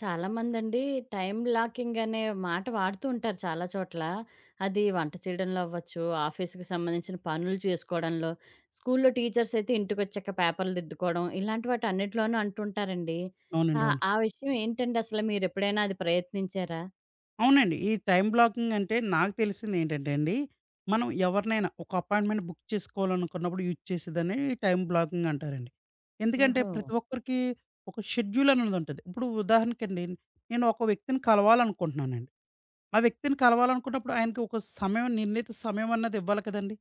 చాలా మందండి time locking అనే మాట వాడుతూ ఉంటారు చాలా చోట్ల. అది వంట చేయడంలో అవ్వచ్చు, ఆఫీస్‌కి సంబంధించిన పనులు చేసుకోవడంలో, స్కూల్‌లో టీచర్స్ అయితే ఇంటికొచ్చాక పేపర్లు దిద్దుకోవడం, ఇలాంటి వాటన్నిటిలోనూ అంటుంటారండి. అవునండి. అవును. ఆ విషయం ఏంటండి అసలు మీరెప్పుడైనా అది ప్రయత్నించారా? అవునండి. ఈ టైమ్ బ్లాకింగ్ అంటే నాకు తెలిసిందేంటంటే అండి, మనం ఎవరినైనా ఒక అపాయింట్‌మెంట్ బుక్ చేసుకోవాలనుకున్నప్పుడు యూజ్ చేసేదాన్ని టైమ్ బ్లాకింగ్ అంటారండి. ఎందుకంటే ఓహో! ప్రతి ఒక్కరికి ఒక షెడ్యూల్ అనేదుంటది. ఇప్పుడు ఉదాహరణకండి, నేను ఒక వ్యక్తిని కలవాలనుకుంటున్నానండి. ఆ వ్యక్తిని కలవాలనుకున్నప్పుడు ఆయనకి ఒక సమయం నిర్ణీత సమయం అన్నది ఇవ్వాలి కదండీ!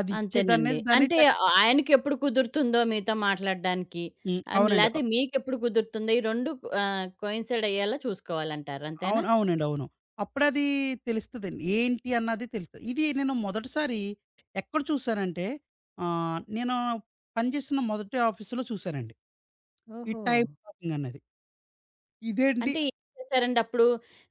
అది అంతేనండి. ఇచ్చేదనేది దాన్ని అంటే ఆయనకెప్పుడు కుదురుతుందో మీతో మాట్లాడడానికి, హ్మ్. అవునండి. లేతే మీకెప్పుడు కుదురుతుందో ఈ 2 కోయిన్సైడ్ అయ్యేలా చూసుకోవాలంటారు. అంతేనా? అవును. అవునండి. అవును. అప్పుడది తెలుస్తదండి. ఏంటి అన్నది తెలుస్తది. ఇది నేను మొదటిసారి ఎక్కడ చూసానంటే నేను పనిచేస్తున్న మొదటి ఆఫీస్‌లో చూసానండి. ఈ ఓహో! టైమ్ ట్రాకింగ్ అన్నది. ఇదేంటి అంటే ఏం చేశారండి అప్పుడు?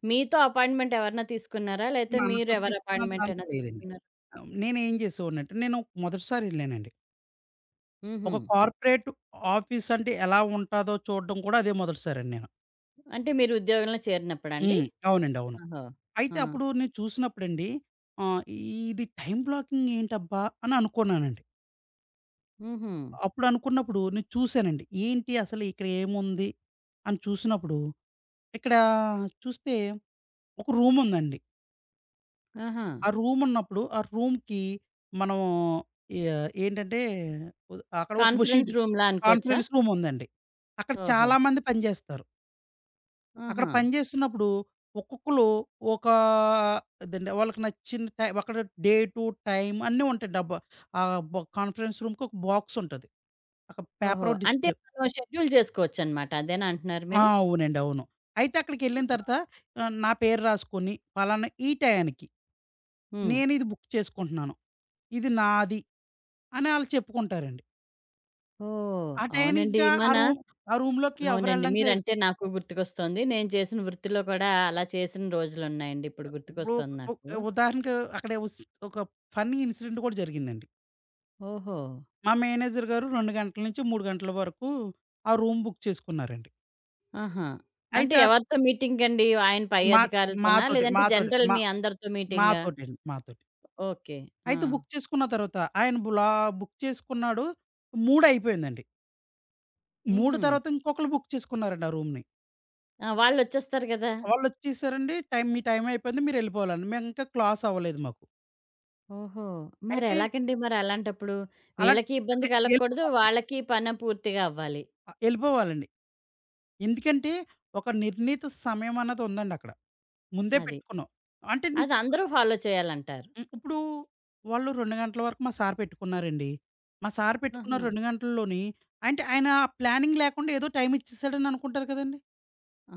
మీతో అపాయింట్‌మెంట్ ఎవరైనా తీసుకున్నారా? లేతే మీరు మనతో ఎవరి తీసుకున్నంత అపాయింట్‌మెంట్ అంత అయినా లేదండి. తీసుకున్నారా? నేనేం చేసేవాడినంటే నేను మొదటిసారి ఎళ్ళానండి. హుహు. ఒక కార్పొరేట్ ఆఫీస్ అంటే ఎలా ఉంటాదో చూడడం కూడా అదే మొదటిసారండి నేను. అంటే మీరు ఉద్యోగంలో చేరినప్పుడా అండి? హ్మ్. అవునండి. అవును. ఓహో! ఆ! అయితే అప్పుడు నేను చూసినప్పుడండి ఆహ్, ఇది టైమ్ బ్లాకింగ్ ఏంటబ్బా! అని అనుకున్నానండి. హుహు. అప్పుడు అనుకున్నప్పుడు నేను చూసానండి. ఏంటి అసలు ఇక్కడ ఏముంది అని చూసినప్పుడు, ఇక్కడ చూస్తే ఒక రూమ్ ఉందండి. ఆహా! ఆ రూమ్ ఉన్నప్పుడు ఆ రూమ్‌కి మనం ఏంటంటే ఉ అక్కడ ఒక బెడ్‌షీట్ కాన్ఫరెన్స్ రూమ్‌లా అనుకోవచ్చా? కాన్ఫరెన్స్ రూమ్ ఉందండి. అక్కడ ఓహో! చాలామంది పనిచేస్తారు. అక్కడ ఆహా! పనిచేస్తున్నప్పుడు ఒక్కొక్కళ్ళు ఒక ఇదండి వాళ్ళకి నచ్చిన అక్కడ డేటు, టైం అన్నీ ఉంటాయి. కాన్ఫరెన్స్ రూమ్‌కి ఒక బాక్స్ ఉంటది. ఒక ఓహో! పేపర్ అంటే డిస్‌ప్లే మనం షెడ్యూల్ చేసుకోవచ్చనమాట. అదేనా అంటున్నారు ఆ! మీరు? అవునండి. అవును. అయితే అక్కడికెళ్ళిన తర్వాత నా పేరు రాసుకొని పలానా ఈ టయానికి హ్మ్. నేను ఇది బుక్ చేసుకుంటున్నాను. ఇది నాది అని ఆళ్ళు చెప్పుకుంటారండి. ఓహ్! ఆ టయానికి అవునండి. ఇంకా ఆ రూమ్‌లోకి ఎవరు అవునండి. ఎళ్ళడానికి లేదు. మీరంటే నాకు గుర్తుకొస్తోంది. నేను చేసిన వృత్తిలో కూడా అలా చేసిన రోజులున్నాయండి. ఇప్పుడు ఇప్పుడు గుర్తుకొస్తోంది ఉ నాకు. ఉదాహరణకు అక్కడ ఒక ఫన్నీ ఇన్సిడెంట్ కూడా జరిగిందండి. ఓహో! మా మేనేజర్ గారు 2 గంటల నుంచి 3 గంటల వరకు ఆ రూమ్ బుక్ చేసుకున్నారండి. ఆహా! అంటే అయితే ఆర్ ఎవరితో మీటింగండి? ఆయన పై మా అధికారులతోనా? మాతోటే, లేదంటే మాతోటే జనరల్ మా మీ అందరితో మీటింగా? మాతోటండి. మాతోటి. ఓకే. ఆ! అయితే బుక్ చేసుకున్న తర్వాత ఆయన బుక్ చేసుకున్నాడు. 3 అయిపోయిందండి. 3 హుహు. తర్వాత ఇంకొకళ్ళు బుక్ చేసుకున్నారండి ఆ రూమ్‌ని. ఆ! వాళ్ళొచ్చేస్తారు గదా! వాళ్ళొచ్చేసారండి మీ టైం అయిపోయింది మీరెళ్ళిపోవాలని. మేవింకా క్లాస్ అవ్వలేదు మాకు. ఓహో! అయితే మరెలాగండి మరలాంటప్పుడు? అలా వీళ్ళకి ఇబ్బంది అదే కలగకూడదు, ఎళ్ళిపోవాలండి. వాళ్ళకి పని పూర్తిగా అవ్వాలి. ఎళ్ళిపోవాలండి. ఎందుకంటే ఒక నిర్ణీత సమయం అన్నది ఉందండి అక్కడ. ముందే అది. పెట్టుకున్నాం. అంటే అది నీకు అందరూ ఫాలో చేయాలంటారు. హ్మ్. ఇప్పుడు వాళ్ళు 2 గంటల వరకు మా సార్ పెట్టుకున్నారండి. మా సార్ పెట్టుకున్న ఆహా! 2 గంటల్లోని అంటే ఆయన ప్లానింగ్ లేకుండా ఏదో టైం ఇచ్చేసాడని అనుకుంటారు కదండీ! ఆ!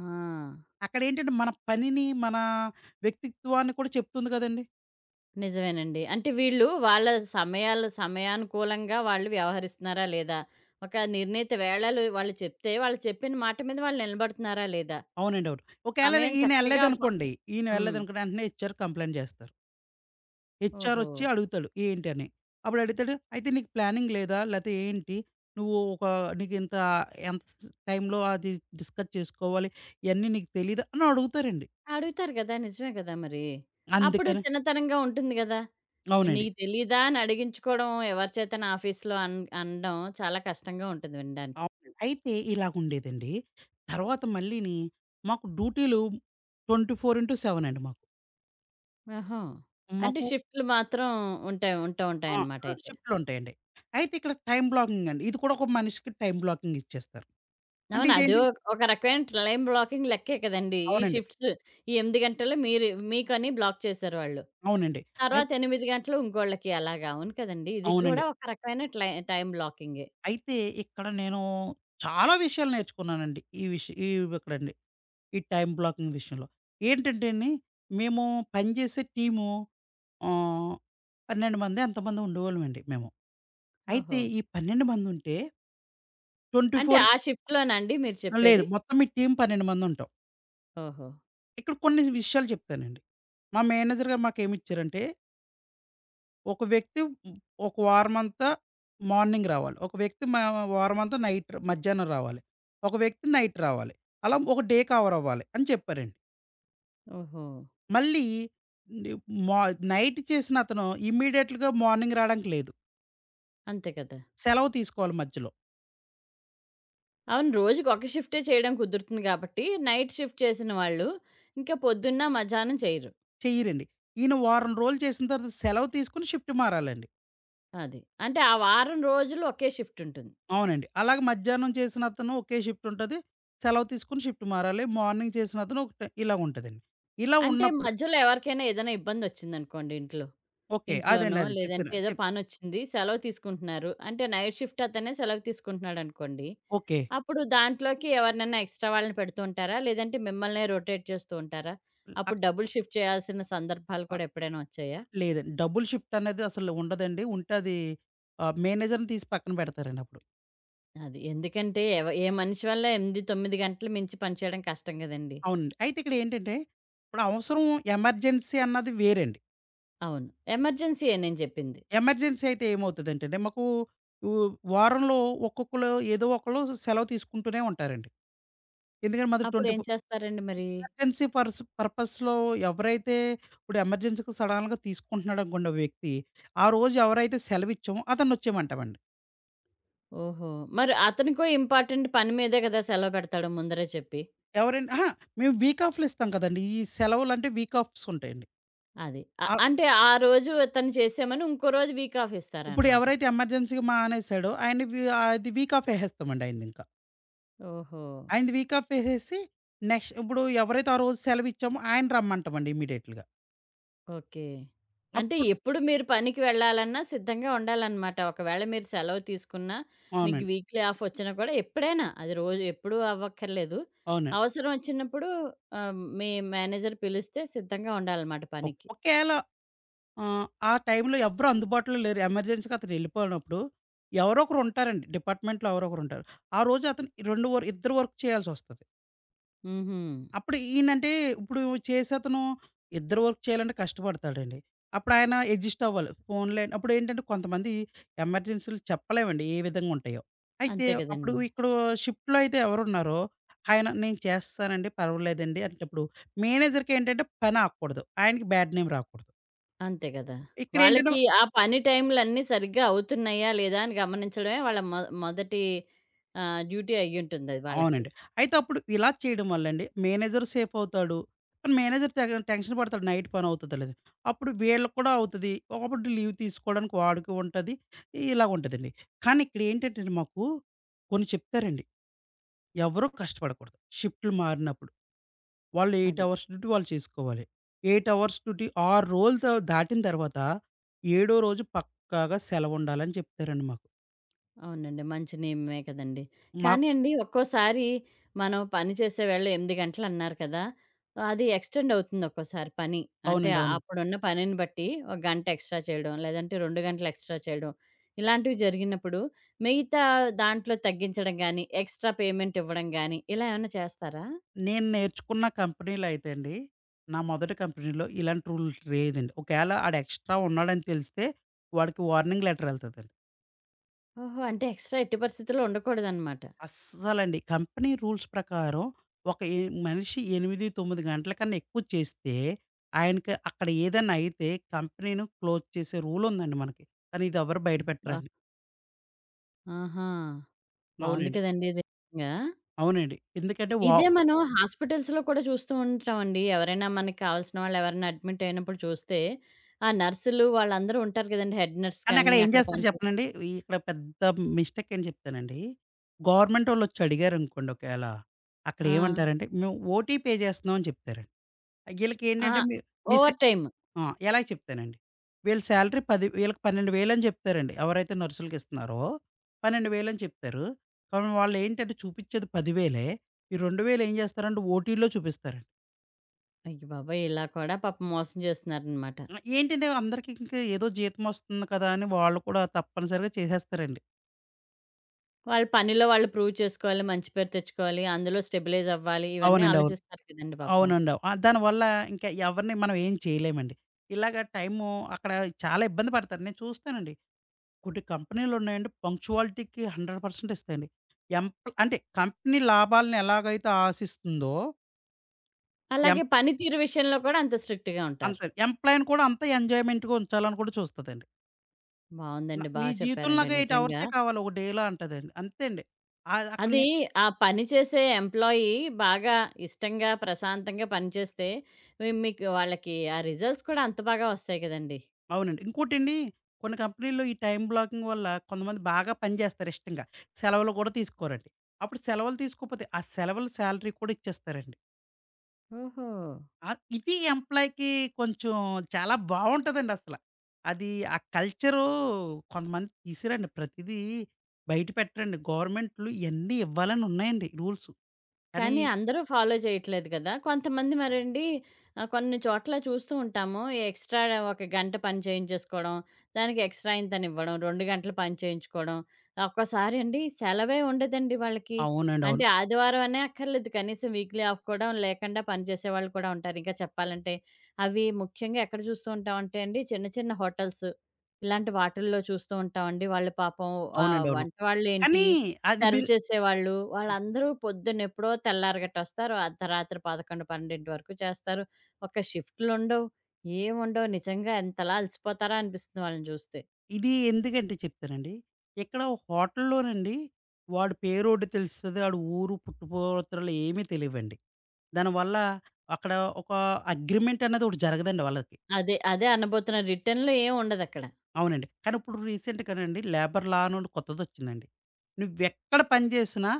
అక్కడేంటంటే మన పనిని, మన వ్యక్తిత్వాన్ని కూడా చెప్తుంది కదండీ! నిజమేనండి. అంటే వీళ్ళు వాళ్ళ సమయాలు సమయానుకూలంగా వాళ్ళు వ్యవహరిస్తున్నారా లేదా? ఒక నిర్ణీత వేళలు వాళ్ళు చెప్తే, వాళ్ళు చెప్పిన మాట మీద వాళ్ళు నిలబడుతున్నారా లేదా? అవునండి. అవును. ఒకేళ సమయం ఈయన చక్కగా ఫ ఎళ్ళలేదనుకోండి హ్మ్. వెంటనే హెచ్‌ఆర్ కంప్లెయింట్ జేస్తారు. హెచ్‌ఆర్ ఓహో! ఒచ్చి అడుగుతాడు ఏంటి అని. అప్పుడు అడుగుతాడు, "అయితే నీకు ప్లానింగ్ లేదా? లేతే ఏంటి? నువ్వు ఒక నీకింత ఎంత టైంలో అది డిస్కస్ చేసుకోవాలి. ఇయన్నీ నీకు తెలీదా?" అని అడుగుతారండి. అడుగుతారు గదా! నిజమే గదా మరి. అప్పుడు అందుకని చిన్నతనంగా ఉంటుంది గదా! అవునండి. నీకు తెలీదా అని అడిగించుకోవడం ఎవరి చేతన ఆఫీస్‌లో అనడం చాలా కష్టంగా ఉంటుంది వినడానికి. అవునండి. అయితే ఇలాగుండేదండి. తర్వాత మాకు డ్యూటీలు 24/7 అండి మాకు. ఆహా! అంటే మాకు షిఫ్ట్‌లు మాత్రం ఉంటూ ఆ! ఉంటాయన్నమాట ఆ! అయితే. షిఫ్ట్‌లుంటాయండి. అయితే ఇక్కడ టైమ్ బ్లాకింగ్ అండి. ఇది కూడా ఒక మనిషికి టైమ్ బ్లాకింగ్ ఇచ్చేస్తారు. అంటే అవును. అదో ఇదేంటి ఒక ఒక రకమైన టైమ్ బ్లాకింగ్ లెక్కే కదండీ! అవునండి. ఈ 8 గంటలు మీరు మీకని బ్లాక్ చేశారు వాళ్ళు. అవునండి. తర్వాత అయితే 8 గంటలు ఇంకోళ్ళకి అలాగా. అవును కదండీ! ఇది కూడా అవునండి. ఒక రకమైన టైమ్ బ్లాకింగే. అయితే ఇక్కడ నేను చాలా విషయాలు నేర్చుకున్నానండి. ఈ విష ఈ ఇక్కడండి. ఈ టైమ్ బ్లాకింగ్ విషయంలో. ఏంటంటే అండి, మేము పనిచేసే టీము ఆహ్, 12 మందో ఎంతమందో ఉండేవాళ్ళమండి మేము. అయితే ఓహో! ఈ 12 మందుంటే 24 అంటే ఆ షిఫ్ట్‌లోనాండి మీరు లేదు. చెప్పేది? మొత్తం మీ టీమ్ 12 మందుంటాం. ఓహో! ఇక్కడ కొన్ని విషయాలు చెప్తానండి. మా మేనేజర్ గారు మాకేమిచ్చారంటే ఒక వ్యక్తి ఒక వారమంతా మార్నింగ్ రావాలి. ఒక వ్యక్తి వారమంతా నైట్ మధ్యాహ్నం రావాలి. ఒక వ్యక్తి నైట్ రావాలి. అలా ఒక డే కవర్ అవ్వాలి అని చెప్పారండి. ఓహో! మళ్ళీ ని మా నైట్ చేసిన అతను ఇమ్మీడియేట్‌గా మార్నింగ్ రాడానికి లేదు. అంతే కదా! సెలవు తీసుకోవాలి మధ్యలో. అవును. రోజుకి ఒక షిఫ్టే చేయడం కుదురుతుంది కాబట్టి నైట్ షిఫ్ట్ చేసిన వాళ్ళు ఇంకా పొద్దున్న, మధ్యాహ్నం చేయరు. చెయ్యరండి. ఈయన వారం రోజులు చేసిన తర్వాత సెలవు తీసుకొని షిఫ్ట్ మారాలండి. అది. అంటే ఆ వారం రోజులు ఒకే షిఫ్ట్ ఉంటుంది. అవునండి. అలాగే మధ్యాహ్నం చేసిన అతను ఒకే షిఫ్ట్ ఉంటది. సెలవు తీసుకొని షిఫ్ట్ మారాలి. మార్నింగ్ చేసిన అతను ఒకటే ఇలాగుంటదండి. ఇలా అంటే ఉన్నప్పుడు మధ్యలో ఎవరికైనా ఏదైనా ఇబ్బందొచ్చిందనుకోండి ఓకే. అదండి. ఇంట్లోనో అది లేదంటే చెప్తున్నా. ఏదో పనొచ్చింది. సెలవు తీసుకుంటున్నారు. అంటే నైట్ షిఫ్ట్ అతనే సెలవు తీసుకుంటున్నాడనుకోండి. ఓకే. అప్పుడు దాంట్లోకి ఎవరినైనా ఎక్స్‌ట్రా వాళ్ళని పెడుతూ ఉంటారా? లేదంటే మిమ్మల్నే రొటేట్ చేస్తూ ఉంటారా? ల్ అక్ అప్పుడు డబుల్ షిఫ్ట్ చేయాల్సిన సందర్భాలు ఆహ్, కూడా ఎప్పుడైనా వచ్చాయా? లేదండి. డబుల్ షిఫ్ట్ అనేది అసలు ఉండదండి. ఉంటే అది మేనేజర్‌ని తీసి పక్కన పెడతారండి అప్పుడు. అది. ఎందుకంటే ఏ మనిషి వల్ల 8, 9 గంటలు మించి పనిచేయడం కష్టం గదండీ! అవునండి. అయితే ఇక్కడ ఏంటంటే, ఇప్పుడు అవసరం ఎమర్జెన్సీ అన్నది వేరండి. అవును. ఎమర్జెన్సీయే నేను జెప్పింది. ఎమర్జెన్సీ అయితే ఏమవుతదంటేండి, మాకు ఉ వారంలో ఒక్కొక్కళ్ళు ఏదో ఒకళ్ళు సెలవు తీసుకుంటూనే ఉంటారండి. ఎందుకంటే మాది అప్పుడేం 24 చేస్తారండి మరి? ఎమర్జెన్సీ పర్పస్‌లో ఎవరైతే ఇప్పుడు ఎమర్జెన్సీకి సడన్‌గా తీసుకుంటున్నాడనుకోండి ఒక వ్యక్తి, ఆ రోజు ఎవరైతే సెలవిచ్చామో అతన్ని వచ్చేయమంటామండి. ఓహో! మరి అతనికో ఇంపార్టెంట్ పని మీదే గదా! సెలవు పెడతాడు ముందరే చెప్పి. అహా! మేము వీక్ ఆఫ్‌లు ఇస్తాం కదండీ! ఈ సెలవులంటే వీక్ ఆఫ్స్ ఉంటాయండి. అది. ఆహ్, అంటే ఆ రోజు తను చేసామని ఇంకో రోజు వీక్ ఆఫ్ ఇప్పుడు ఇస్తారనమాట. ఎవరైతే ఎమర్జెన్సీగా మానేసాడో ఆయన్ని వి అది వీక్ ఆఫ్ ఎసేస్తామండి ఆయనదింకా. ఓహో! ఆయనది వీక్ ఆఫ్ ఎసేసి ఇప్పుడు ఎవరైతే ఆ రోజు సెలవిచ్చామో ఆయన రమ్మంటామండి ఇమ్మీడియేట్‌లీగా. ఓకే. అంటే అప్పుడు ఎప్పుడు మీరు పనికి వెళ్ళాలన్నా సిద్ధంగా ఉండాలనమాట. ఒకవేళ మీరు సెలవు తీసుకున్నా, మీకు అవునండి. వీక్‌లీ ఆఫ్ వచ్చినా కూడా ఎప్పుడైనా అది రోజు ఎప్పుడూ అవ్వక్కర్లేదు. అవునండి. అవసరం వచ్చినప్పుడు ఆహ్, మీ మేనేజర్ పిలిస్తే సిద్ధంగా ఉండాలనమాట ఓకే. పనికి. ఒకేళ ఆ టైంలో ఎవ్వరు అందుబాటులో లేరు. ఎమర్జెన్సీగా అతను వెళ్ళిపోయినప్పుడు ఎవరో ఒకరు ఉంటారండి. డిపార్ట్‌మెంట్‌లో ఎవరో ఒకరుంటారు. ఆ రోజు అతను 2 ఇద్దరు వర్క్ చేయాల్సొస్తది. హుహు. అప్పుడు ఈయనంటే ఇప్పుడు చేసతను ఇద్దరు వర్క్ చేయాలంటే కష్టపడతాడండి. అప్పుడాయన అడ్జస్ట్ అవ్వాలి. పోన్లే అప్పుడేంటంటే కొంతమంది ఎమర్జెన్సీలు చెప్పలేమండి ఏ విధంగుంటాయో. అయితే అంతే అప్పుడు కదండీ! ఇక్కడ షిఫ్ట్‌లో అయితే ఎవరున్నారో ఆయన నేను చేస్తానండి పర్వాలేదండి అనేటప్పుడు మేనేజర్‌కేంటంటే పని ఆగకూడదు. ఆయనకి బ్యాడ్ నేమ్ రాకూడదు. అంతే గదా! ఇక్కడేంటంటే వాళ్ళకి ఆ పని టైములన్నీ సరిగ్గా అవుతున్నాయా? లేదా? అని గమనించడమే వాళ్ళ మొదటి డ్యూటీ అయ్యుంటుందది వాళ్ళకి. అవునండి. అయితే అప్పుడు ఇలా చేయడం వల్లండి మేనేజర్ సేఫ్ అవుతాడు. కానీ మేనేజర్ తెగ టెన్షన్ పడతాడు నైట్ పని అవుతదో లేదో. అప్పుడు వీళ్ళకి కూడా అవుతది. ఒకప్పుడు లీవ్ తీసుకోవడానికి వాడికి ఉంటది. ఇలాగ ఉంటదండి. కానీ ఇక్కడేంటంటేండి మాకు కొన్ని చెప్తారండి. ఎవరు కష్టపడకూడదు. షిఫ్టులు మారినప్పుడు. వాళ్ళు 8 అది. అవర్స్ డ్యూటీ వాళ్ళు చేసుకోవాలి. 8 అవర్స్ డ్యూటీ 6 రోజులు దాటిన తర్వాత ఏడో రోజు పక్కాగా సెలవుండాలని చెప్తారండి మాకు. అవునండి. మంచి నియమమే కదండీ. కానీ మాకు అండి ఒక్కోసారి మనం పని చేసే వేళ 8 గంటలన్నారు కదా! అది ఎక్స్‌టెండ్ అవుతుంది ఒక్కోసారి పని. అంటే అవునండి. అవును. అప్పుడున్న పనిని బట్టి ఒక గంట ఎక్స్‌ట్రా చేయడం, లేదంటే 2 గంటలు ఎక్స్‌ట్రా చేయడం, ఇలాంటివి జరిగినప్పుడు మిగతా దాంట్లో తగ్గించడం గానీ, ఎక్స్‌ట్రా పేమెంట్ ఇవ్వడం గానీ ఇలా ఏమన్నా చేస్తారా? నేను నేర్చుకున్న కంపెనీలో అయితే అండి, నా మొదటి కంపెనీలో ఇలాంటి రూల్స్ లేదండి. ఒకవేళ ఆడు ఎక్స్ట్రా ఉన్నాడని తెలిస్తే వాడికి వార్నింగ్ లెటర్ ఎళ్తదండి. ఓహో! అంటే ఎక్స్‌ట్రా ఎట్టి పరిస్థితుల్లో ఉండకూడదనమాట. అస్సలండి కంపెనీ రూల్స్ ప్రకారం ఒక మనిషి 8, 9 గంటల కన్నా ఎక్కువ చేస్తే ఆయనకి అక్కడ ఏదైనా అయితే కంపెనీ‌ని క్లోజ్ చేసే రూల్ ఉందండి మనకి. కానీ ఇది ఎవరు బయట అబ్బా! పెట్టరండి. ఆహా! బావుంది అవునండి. కదండీ ఇది నిజంగా. అవునండి. ఎందుకంటే ఇదే మనం హాస్పిటల్స్‌లో కూడా చూస్తూ ఉంటామండి. ఎవరైనా మనకి కావాల్సిన వాళ్ళు ఎవరైనా అడ్మిట్ అయినప్పుడు చూస్తే, ఆ నర్సులు వాళ్ళందరూ ఉంటారు కదండీ. హెడ్ నర్స్ కానీ కానీ అక్కడ ఏం అక్కడ చేస్తారు చెప్పనండి? ఇక్కడ పెద్ద మిస్టేక్ ఏంటి చెప్తానండి. గవర్నమెంటోళ్ళొచ్చి అడిగారనుకోండి ఒకేళ, అక్కడ ఆ! ఏమంటారంటే, "మేము ఓటీ పే చేస్తున్నాం" అని చెప్తారండి. ఆ! ఈళ్ళకేంటంటే మీ మీ సే ఓవర్ టైమ్. ఆ! ఎలాగ చెప్తానండి. వీళ్ళ సాలరీ 10 వీళ్ళకి 12,000 అని చెప్తారండి. ఎవరైతే నర్సులకిస్తున్నారో 12,000 అని చెప్తారు. కానీ వాళ్ళేంటంటే చూపిచ్చేది 10,000. ఈ 2,000 ఏం చేస్తారంటే ఓటీలో చూపిస్తారండి. అయ్య బాబోయ్! ఇలా కూడా పాపం మోసం చేస్తున్నారనమాట. ఏంటంటే అందరికి ఇంక ఏదో జీతం వస్తుంది కదా! అని వాళ్ళు కూడా తప్పనిసరిగా చేసేస్తారండి. వాళ్ళ పనిలో వాళ్ళు ప్రూవ్ చేసుకోవాలి, మంచి పేరు తెచ్చుకోవాలి, అందులో స్టెబిలైజ్ అవ్వాలి. ఇవన్నీ అవునండి. అవును. ఆలోచిస్తారు కదండీ పాపం. అవునండి. దానివల్ల ఇంకా ఎవరిని మనం ఏం చేయలేమండి. ఇలాగ టైము అక్కడ చాలా ఇబ్బంది పడతారు. నేను చూస్తానండి. కొన్ని కంపెనీలున్నాయండి పంక్చువాలిటీకి 100% ఇస్తాయండి. అంటే కంపెనీ లాభాలను ఎలాగైతే ఆశిస్తుందో ఎం అలాగే పనితీరు విషయంలో కూడా అంత స్ట్రిక్ట్‌గా ఉంటారు. అంతే ఎంప్లాయ్‌ని కూడా అంతే ఎంజాయ్‌మెంట్‌గా ఉంచాలని కూడా చూస్తదండి. బావుందండి. నీ జీవితంలో చెప్పారండి నాకు 8 నిజంగా. అవర్సే కావాలి ఒక డేలో అంటదండి. అంతే అండి. అక్కడ అది ఆ పని చేసే ఎంప్లాయీ బాగా ఇష్టంగా, ప్రశాంతంగా పని చేస్తే, మీకు వాళ్ళకి ఆ రిజల్ట్స్ కూడా అంత బాగా వస్తాయి కదండీ! అవునండి. ఇంకోటండి కొన్ని కంపెనీల్లో ఈ టైమ్ బ్లాకింగ్ వల్ల కొంతమంది బాగా పనిచేస్తారు ఇష్టంగా. సెలవులు కూడా తీసుకోరండి. అప్పుడు సెలవులు తీసుకోపోతే ఆ సెలవుల సాలరీ కూడా ఇచ్చేస్తారండి. ఓహో! ఇది ఎంప్లాయ్‌కి కొంచెం చాలా బావుంటదండి అసల. అది ఆ కల్చరు కొంతమంది తీసిరండి. ప్రతిదీ బయట పెట్టరండి. గవర్నమెంట్లు ఇయన్నీ ఇవ్వాలని ఉన్నాయండి రూల్సు. కానీ కానీ అందరూ ఫాలో చేయట్లేదు కదా! కొంతమంది మరండి కొన్ని చోట్ల చూస్తూ ఉంటాము. ఎక్స్‌ట్రా ఒక గంట పని చేయించేసుకోవడం, దానికి ఎక్స్‌ట్రా ఇంతనివ్వడం, 2 గంటలు పని చేయించుకోవడం. ఒక్కోసారి అండి సెలవే ఉండదండి వాళ్ళకి. అవునండి. అంటే అవును. ఆదివారం అనే అక్కర్లేదు. కనీసం వీక్లీ ఆఫ్ కూడా లేకుండా పనిచేసేవాళ్ళు కూడా ఉంటారు. ఇంకా చెప్పాలంటే అవి ముఖ్యంగా ఎక్కడ చూస్తూ ఉంటామంటే అండి చిన్న చిన్న హోటల్స్ ఇలాంటి వాటిల్లో చూస్తూ ఉంటామండి. వాళ్ళు పాపం అవునండి. అవును. వంట వాళ్ళేంటి కానీ అది మీ సర్వ్ చేసేవాళ్ళు. వాళ్ళందరూ పొద్దున్నెప్పుడో తెల్లారగట్టొస్తారు. అర్ధరాత్రి 11, 12 వరకు చేస్తారు. ఒక షిఫ్ట్‌లుండవు. ఏముండవు. నిజంగా ఎంతలా అలసిపోతారా అనిపిస్తుంది వాళ్ళని చూస్తే. ఇది ఎందుకంటే చెప్తానండి. ఇక్కడ హోటల్‌లోనండి వాడి పేరోటి తెలుస్తది. ఆడి ఊరు పుట్టుపత్రలు ఏమీ తెలియవండి. దానివల్ల అక్కడ ఒక అగ్రిమెంట్ అనేది ఒకటి జరగదండి వాళ్ళకి. అదే, అదే అనబోతున్నా. రిటర్న్‌లో ఏం ఉండదక్కడ. అవునండి. కానీ ఇప్పుడు రీసెంట్‌గానండి లేబర్ లా అని కొత్తదొచ్చిందండి. నువ్వెక్కడ పని చేసినా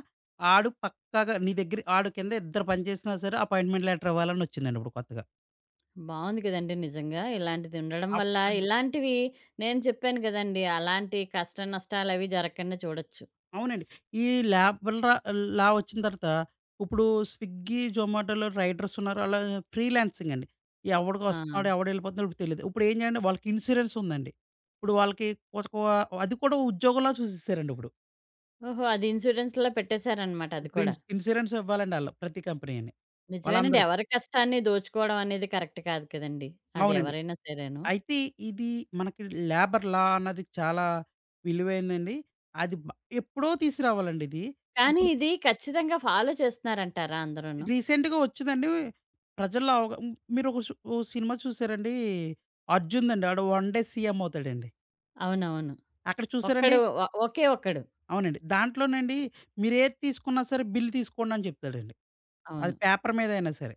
ఆడు పక్కాగా నీ దగ్గర ఆడు కింద ఇద్దరు పని చేసినా సరే అపాయింట్‌మెంట్ లెటర్ ఇవ్వాలని వచ్చిందండి ఇప్పుడు కొత్తగా. బావుంది కదండీ నిజంగా. ఇలాంటిది ఉండడం అప్ వల్ల అది ఇలాంటివి నేను చెప్పాను గదండీ. అలాంటి కష్ట నష్టాలవి జరగకుండా చూడొచ్చు. అవునండి. ఈ ల్యాప్ వల్ల లా వచ్చిన తర్వాత ఇప్పుడు స్విగ్గీ, జొమాటోలో రైడర్స్ ఉన్నారు. అలా ఫ్రీలాన్సింగ్ అండి. ఎవడికి ఆ! వస్తున్నాడు, ఎవడెళ్ళిపోతున్నాడో తెలీదు. ఇప్పుడు ఏం చేయండి వాళ్ళకి ఇన్సూరెన్స్ ఉందండి. ఇప్పుడు వాళ్ళకి ఒక ఒక- అది కూడా ఉద్యోగంలా చూసేసారండి ఇప్పుడు. ఓహో! అది ఇన్సూరెన్స్‌లో పెట్టేశారనమాట అది ఇప్పుడు కూడా. ఇన్సూరెన్స్ ఇవ్వాలండి ఆళ్ళు ప్రతి కంపెనీని. నిజమేనండి. వాళ్ళందరికీ. ఎవరి కష్టాన్ని దోచుకోవడం అనేది కరెక్ట్ కాదు కదండీ. అది అవునండి. ఎవరైనా సరేను. అయితే ఇది మనకి లేబర్ లా అన్నది చాలా విలువైందండి. అది ఎప్పుడో తీసుకురావాలండి ఇది. కానీ ఇప్పుడు ఇది ఖచ్చితంగా ఫాలో చేస్తున్నారంటారా అందరూను? రీసెంట్‌గా వచ్చిందండి. ప్రజల్లో అవగ హ్మ్. మీరు ఒక సు ఓ సినిమా చూసారండి? 'అర్జున్'దండి. ఆడు వన్ డే సీఎం అవుతాడండి. అవునవును. అక్కడ చూసారండి? ఒక్కడు ఒకే ఒక్కడు. అవునండి. దాంట్లోనండి మీరేది తీసుకున్నా సరే బిల్ తీసుకోండి అని చెప్తాడండి. అది అవును. పేపర్ మీద అయినా సరే.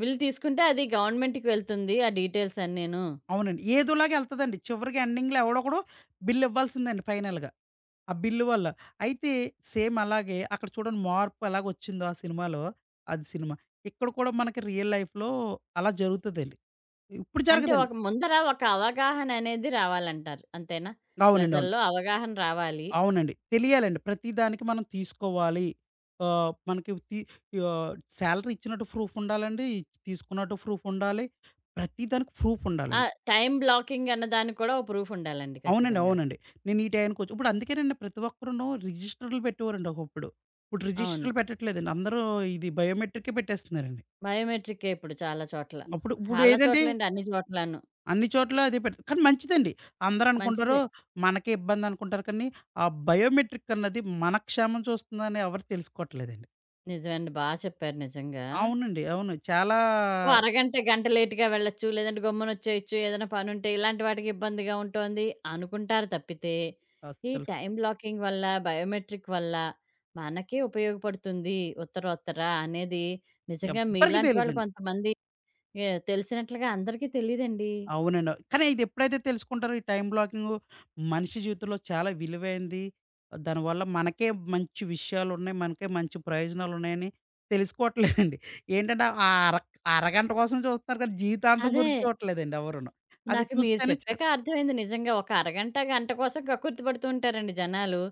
వీళ్ళు తీసుకుంటే అది గవర్నమెంట్‌కి వెళ్తుంది. ఆ డీటెయిల్స్ అన్నీను. అవునండి. ఏదోలాగా ఎళ్తదండి. చివరికి ఎండింగ్‌లో ఎవడొకడు బిల్ ఇవ్వాల్సిందండి ఫైనల్‌గా. ఆ బిల్ వల్ల. అయితే సేమ్ అలాగే అక్కడ చూడండి మార్పు ఎలాగొచ్చిందో ఆ సినిమాలో. అది సినిమా. ఇక్కడ కూడా మనకి రియల్ లైఫ్‌లో అలా జరుగుతదండి. ఇప్పుడు అంటే జరగదండి. ఒక ముందర ఒక అవగాహన అనేది రావాలంటారు. అంతేనా? అవునండి. అవును. ప్రజల్లో అవగాహన రావాలి. అవునండి. తెలియాలండి. ప్రతిదానికి మనం తీసుకోవాలి. మనకి ఆహ్, సాలరీ ఇచ్చినట్టు ప్రూఫ్ ఉండాలండి. తీసుకున్నట్టు ప్రూఫ్ ఉండాలి. ప్రతిదానికి ప్రూఫ్ ఆ! ఉండాలండి. టైమ్ బ్లాకింగ్ అన్న దానికి కూడా ఒక ప్రూఫ్ ఉండాలండి అవునండి. ఖచ్చితంగా. అవునండి. నేను ఈ టయానికొచ్చి ఇప్పుడు అందుకేనండి ప్రతి ఒక్కరును రిజిస్టర్‌లు పెట్టేవారండి ఒకప్పుడు. ఇప్పుడు అవును. రిజిస్టర్‌లు పెట్టట్లేదండి. అందరూ ఇది బయోమెట్రికే పెట్టేస్తున్నారండి. బయోమెట్రికే ఇప్పుడు చాలా చోట్ల. ఇప్పుడు చాలా చోట్లండి అన్ని చోట్లను. అన్ని చోట్ల అదే కానీ మంచిదండి. అందరూ అనుకుంటారు మంచిదే. మనకే ఇబ్బంది అనుకుంటారు కానీ, ఆ బయోమెట్రిక్ అన్నది మన క్షేమం చూస్తుందని ఎవరు తెలుసుకోవట్లేదండి. నిజమండి. చెప్పారు నిజంగా. అవునండి. అవును. ఓ అరగంట, గంట లేట్‌గా వెళ్ళొచ్చు. లేదంటే గమ్మునొచ్చేయొచ్చు. ఏదైనా పనుంటే ఇలాంటి వాటికి ఇబ్బందిగా ఉంటోంది అనుకుంటారు తప్పితే, ఈ అస్సలు టైమ్ బ్లాకింగ్ వల్ల, బయోమెట్రిక్ వల్ల మనకే ఉపయోగపడుతుంది ఉత్తరోత్తర అనేది నిజంగా ఎవ్వరికీ మీలాంటి వాళ్ళు తెలీదండి. కొంతమంది తెలిసినట్లుగా అందరికీ తెలీదండి. అవునండి. కానీ ఇది ఎప్పుడైతే తెలుసుకుంటారో ఈ టైమ్ బ్లాకింగు మనిషి జీవితంలో చాలా విలువైంది. దానివల్ల మనకే మంచి విషయాలున్నాయి. మనకే మంచి ప్రయోజనాలున్నాయని తెలుసుకోవట్లేదండి. ఏంటంటే ఆ అరగంట కోసం చూస్తున్నారు కానీ జీవితాంతం అదే. గురించి చూడట్లేదండి ఎవరును. అది నాకు మీరు చూస్తేనే చెప్పాక చాలు. అర్థమైంది నిజంగా. ఒక అరగంట, గంట కోసం కక్కుర్తి పడుతూ ఉంటారండి జనాలు.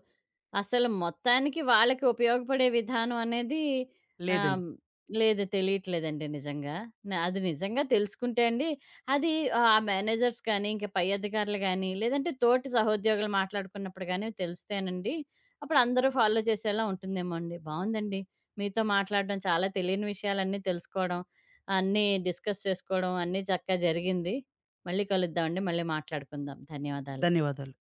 అసలు మొత్తానికి వాళ్ళకి ఉపయోగపడే విధానం అనేది ఆహ్, లేదండి. హ్మ్, లేదు తెలియట్లేదండి నిజంగా. అది నిజంగా తెలుసుకుంటే అండి అది ఆ మేనేజర్స్ కానీ, ఇంకా పై అధికారులు గానీ, లేదంటే తోటి సహోద్యోగులు మాట్లాడుకున్నప్పుడు గానీ తెలిస్తేనండి, అప్పుడు అందరూ ఫాలో చేసేలా ఉంటుందేమో అండి. బావుందండి. మీతో మాట్లాడడం చాలా తెలియని విషయాలన్నీ తెలుసుకోవడం, అన్నీ డిస్కస్ చేసుకోవడం అన్నీ చక్కగా జరిగింది. మళ్ళీ కలుద్దామండి. మళ్ళీ మాట్లాడుకుందాం. ధన్యవాదాలు. ధన్యవాదాలు.